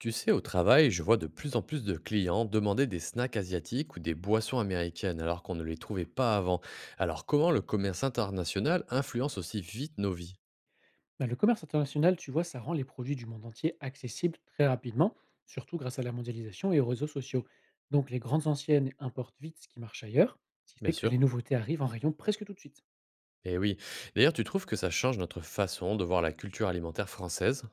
Tu sais, au travail, je vois de plus en plus de clients demander des snacks asiatiques ou des boissons américaines alors qu'on ne les trouvait pas avant. Alors comment le commerce international influence aussi vite nos vies? Bah, le commerce international, tu vois, ça rend les produits du monde entier accessibles très rapidement, surtout grâce à la mondialisation et aux réseaux sociaux. Donc les grandes anciennes importent vite ce qui marche ailleurs, ce qui Bien fait que sûr. les nouveautés arrivent en rayon presque tout de suite. Eh oui. D'ailleurs, tu trouves que ça change notre façon de voir la culture alimentaire française?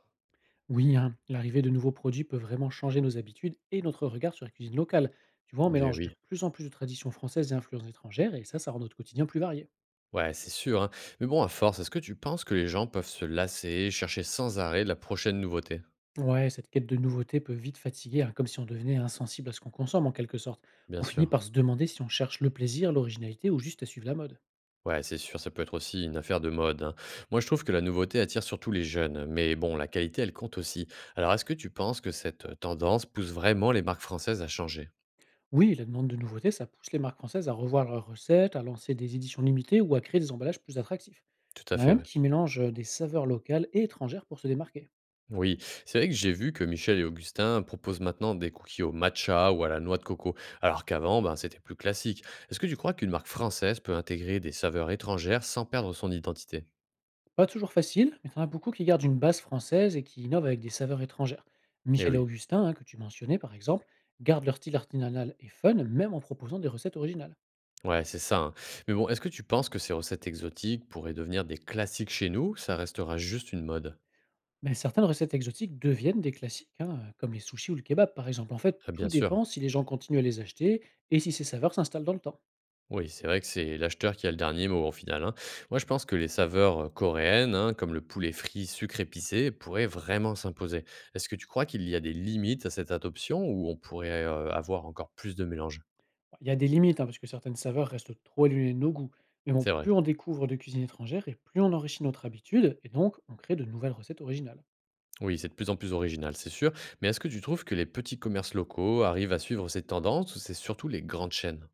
Oui, hein, l'arrivée de nouveaux produits peut vraiment changer nos habitudes et notre regard sur la cuisine locale. Tu vois, on Eh mélange de oui. plus en plus de traditions françaises et influences étrangères, et ça rend notre quotidien plus varié. Ouais, c'est sûr, hein. Mais bon, à force, est-ce que tu penses que les gens peuvent se lasser, chercher sans arrêt la prochaine nouveauté? Ouais, cette quête de nouveauté peut vite fatiguer, hein, comme si on devenait insensible à ce qu'on consomme en quelque sorte. Bien On finit sûr. par se demander si on cherche le plaisir, l'originalité ou juste à suivre la mode. Ouais, c'est sûr, ça peut être aussi une affaire de mode, hein. Moi, je trouve que la nouveauté attire surtout les jeunes, mais bon, la qualité, elle compte aussi. Alors, est-ce que tu penses que cette tendance pousse vraiment les marques françaises à changer? Oui, la demande de nouveautés, ça pousse les marques françaises à revoir leurs recettes, à lancer des éditions limitées ou à créer des emballages plus attractifs. Tout à On a fait, même ouais. qui mélangent des saveurs locales et étrangères pour se démarquer. Oui, c'est vrai que j'ai vu que Michel et Augustin proposent maintenant des cookies au matcha ou à la noix de coco, alors qu'avant, ben, c'était plus classique. Est-ce que tu crois qu'une marque française peut intégrer des saveurs étrangères sans perdre son identité? Pas toujours facile, mais t'en as beaucoup qui gardent une base française et qui innovent avec des saveurs étrangères. Eh Michel et oui. Augustin, hein, que tu mentionnais par exemple, gardent leur style artisanal et fun, même en proposant des recettes originales. Ouais, c'est ça, hein. Mais bon, est-ce que tu penses que ces recettes exotiques pourraient devenir des classiques chez nous ou ça restera juste une mode? Mais certaines recettes exotiques deviennent des classiques, hein, comme les sushis ou le kebab par exemple. En fait, Ah, tout bien sûr. dépend si les gens continuent à les acheter et si ces saveurs s'installent dans le temps. Oui, c'est vrai que c'est l'acheteur qui a le dernier mot en final, hein. Moi, je pense que les saveurs coréennes, hein, comme le poulet frit, sucre épicé, pourraient vraiment s'imposer. Est-ce que tu crois qu'il y a des limites à cette adoption ou on pourrait avoir encore plus de mélange? Il y a des limites, hein, parce que certaines saveurs restent trop éloignées de nos goûts. Mais bon, C'est vrai. plus on découvre de cuisine étrangère et plus on enrichit notre habitude, et donc on crée de nouvelles recettes originales. Oui, c'est de plus en plus original, c'est sûr. Mais est-ce que tu trouves que les petits commerces locaux arrivent à suivre cette tendance ou c'est surtout les grandes chaînes?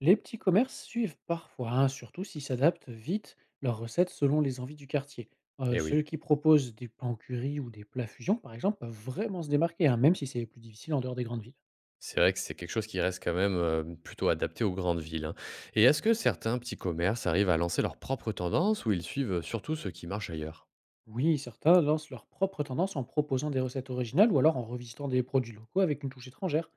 Les petits commerces suivent parfois, hein, surtout s'ils s'adaptent vite leurs recettes selon les envies du quartier. Eh oui. Ceux qui proposent des plans curry ou des plats fusion, par exemple, peuvent vraiment se démarquer, hein, même si c'est plus difficile en dehors des grandes villes. C'est vrai que c'est quelque chose qui reste quand même, plutôt adapté aux grandes villes, hein. Et est-ce que certains petits commerces arrivent à lancer leurs propres tendances ou ils suivent, surtout ce qui marche ailleurs? Oui, certains lancent leur propre tendance en proposant des recettes originales ou alors en revisitant des produits locaux avec une touche étrangère.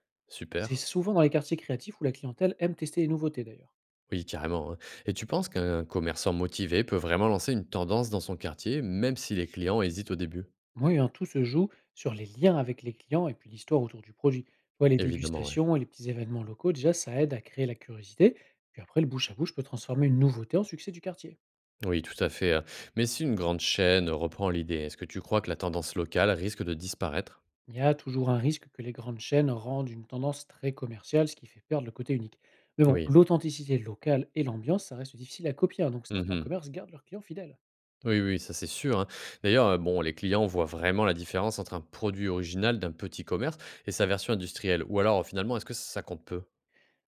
C'est Super. souvent dans les quartiers créatifs où la clientèle aime tester les nouveautés d'ailleurs. Oui, carrément, hein. Et tu penses qu'un commerçant motivé peut vraiment lancer une tendance dans son quartier, même si les clients hésitent au début? Oui, hein, tout se joue sur les liens avec les clients et puis l'histoire autour du produit. Tu vois, les Évidemment, ouais. dégustations et les petits événements locaux, déjà, ça aide à créer la curiosité. Puis après, le bouche à bouche peut transformer une nouveauté en succès du quartier. Oui, tout à fait. Mais si une grande chaîne reprend l'idée, est-ce que tu crois que la tendance locale risque de disparaître? Il y a toujours un risque que les grandes chaînes rendent une tendance très commerciale, ce qui fait perdre le côté unique. Mais bon, Oui. l'authenticité locale et l'ambiance, ça reste difficile à copier, hein, donc certains commerces Mmh. gardent leurs clients fidèles. Oui, oui, oui, ça c'est sûr, hein. D'ailleurs, bon, les clients voient vraiment la différence entre un produit original d'un petit commerce et sa version industrielle ou alors, finalement, est-ce que ça compte peu?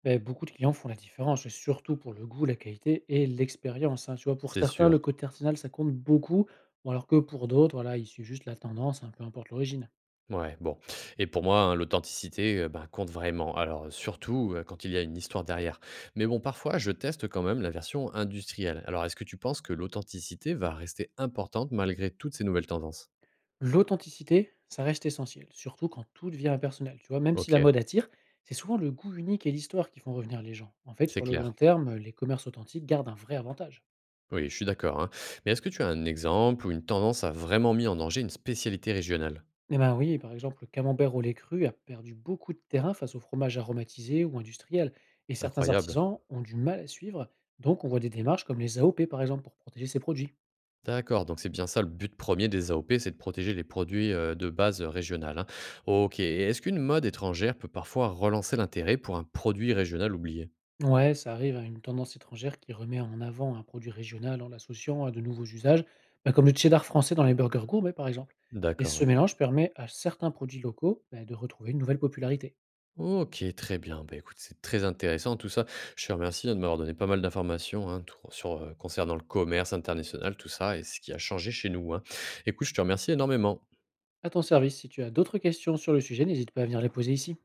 Beh, beaucoup de clients font la différence, et surtout pour le goût, la qualité et l'expérience, hein. Tu vois, pour C'est certains, sûr. le côté artisanal, ça compte beaucoup, ou alors que pour d'autres, voilà, il suit juste la tendance, hein, peu importe l'origine. Ouais, bon, et pour moi, hein, l'authenticité, ben, compte vraiment. Alors, surtout, quand il y a une histoire derrière. Mais bon, parfois, je teste quand même la version industrielle. Alors, est-ce que tu penses que l'authenticité va rester importante malgré toutes ces nouvelles tendances? L'authenticité, ça reste essentiel, surtout quand tout devient impersonnel. Tu vois, même si la OK, mode attire, c'est souvent le goût unique et l'histoire qui font revenir les gens. En fait, c'est sur le clair. long terme, les commerces authentiques gardent un vrai avantage. Oui, je suis d'accord, hein. Mais est-ce que tu as un exemple où une tendance a vraiment mis en danger une spécialité régionale? Eh ben oui, par exemple, le camembert au lait cru a perdu beaucoup de terrain face aux fromages aromatisés ou industriels. Et certains Incroyable. artisans ont du mal à suivre, donc on voit des démarches comme les AOP, par exemple, pour protéger ces produits. D'accord, donc c'est bien ça le but 1er des AOP, c'est de protéger les produits, de base, régionales, hein. OK, et est-ce qu'une mode étrangère peut parfois relancer l'intérêt pour un produit régional oublié? Ouais, ça arrive à une tendance étrangère qui remet en avant un produit régional en l'associant à de nouveaux usages, bah, comme le cheddar français dans les burgers gourmets, par exemple. Et D'accord, ce ouais. mélange permet à certains produits locaux bah, de retrouver une nouvelle popularité. OK, très bien. Bah, écoute, c'est très intéressant tout ça. Je te remercie, hein, de m'avoir donné pas mal d'informations, hein, tour sur, concernant le commerce international, tout ça et ce qui a changé chez nous, hein. Écoute, je te remercie énormément. À ton service, si tu as d'autres questions sur le sujet, n'hésite pas à venir les poser ici.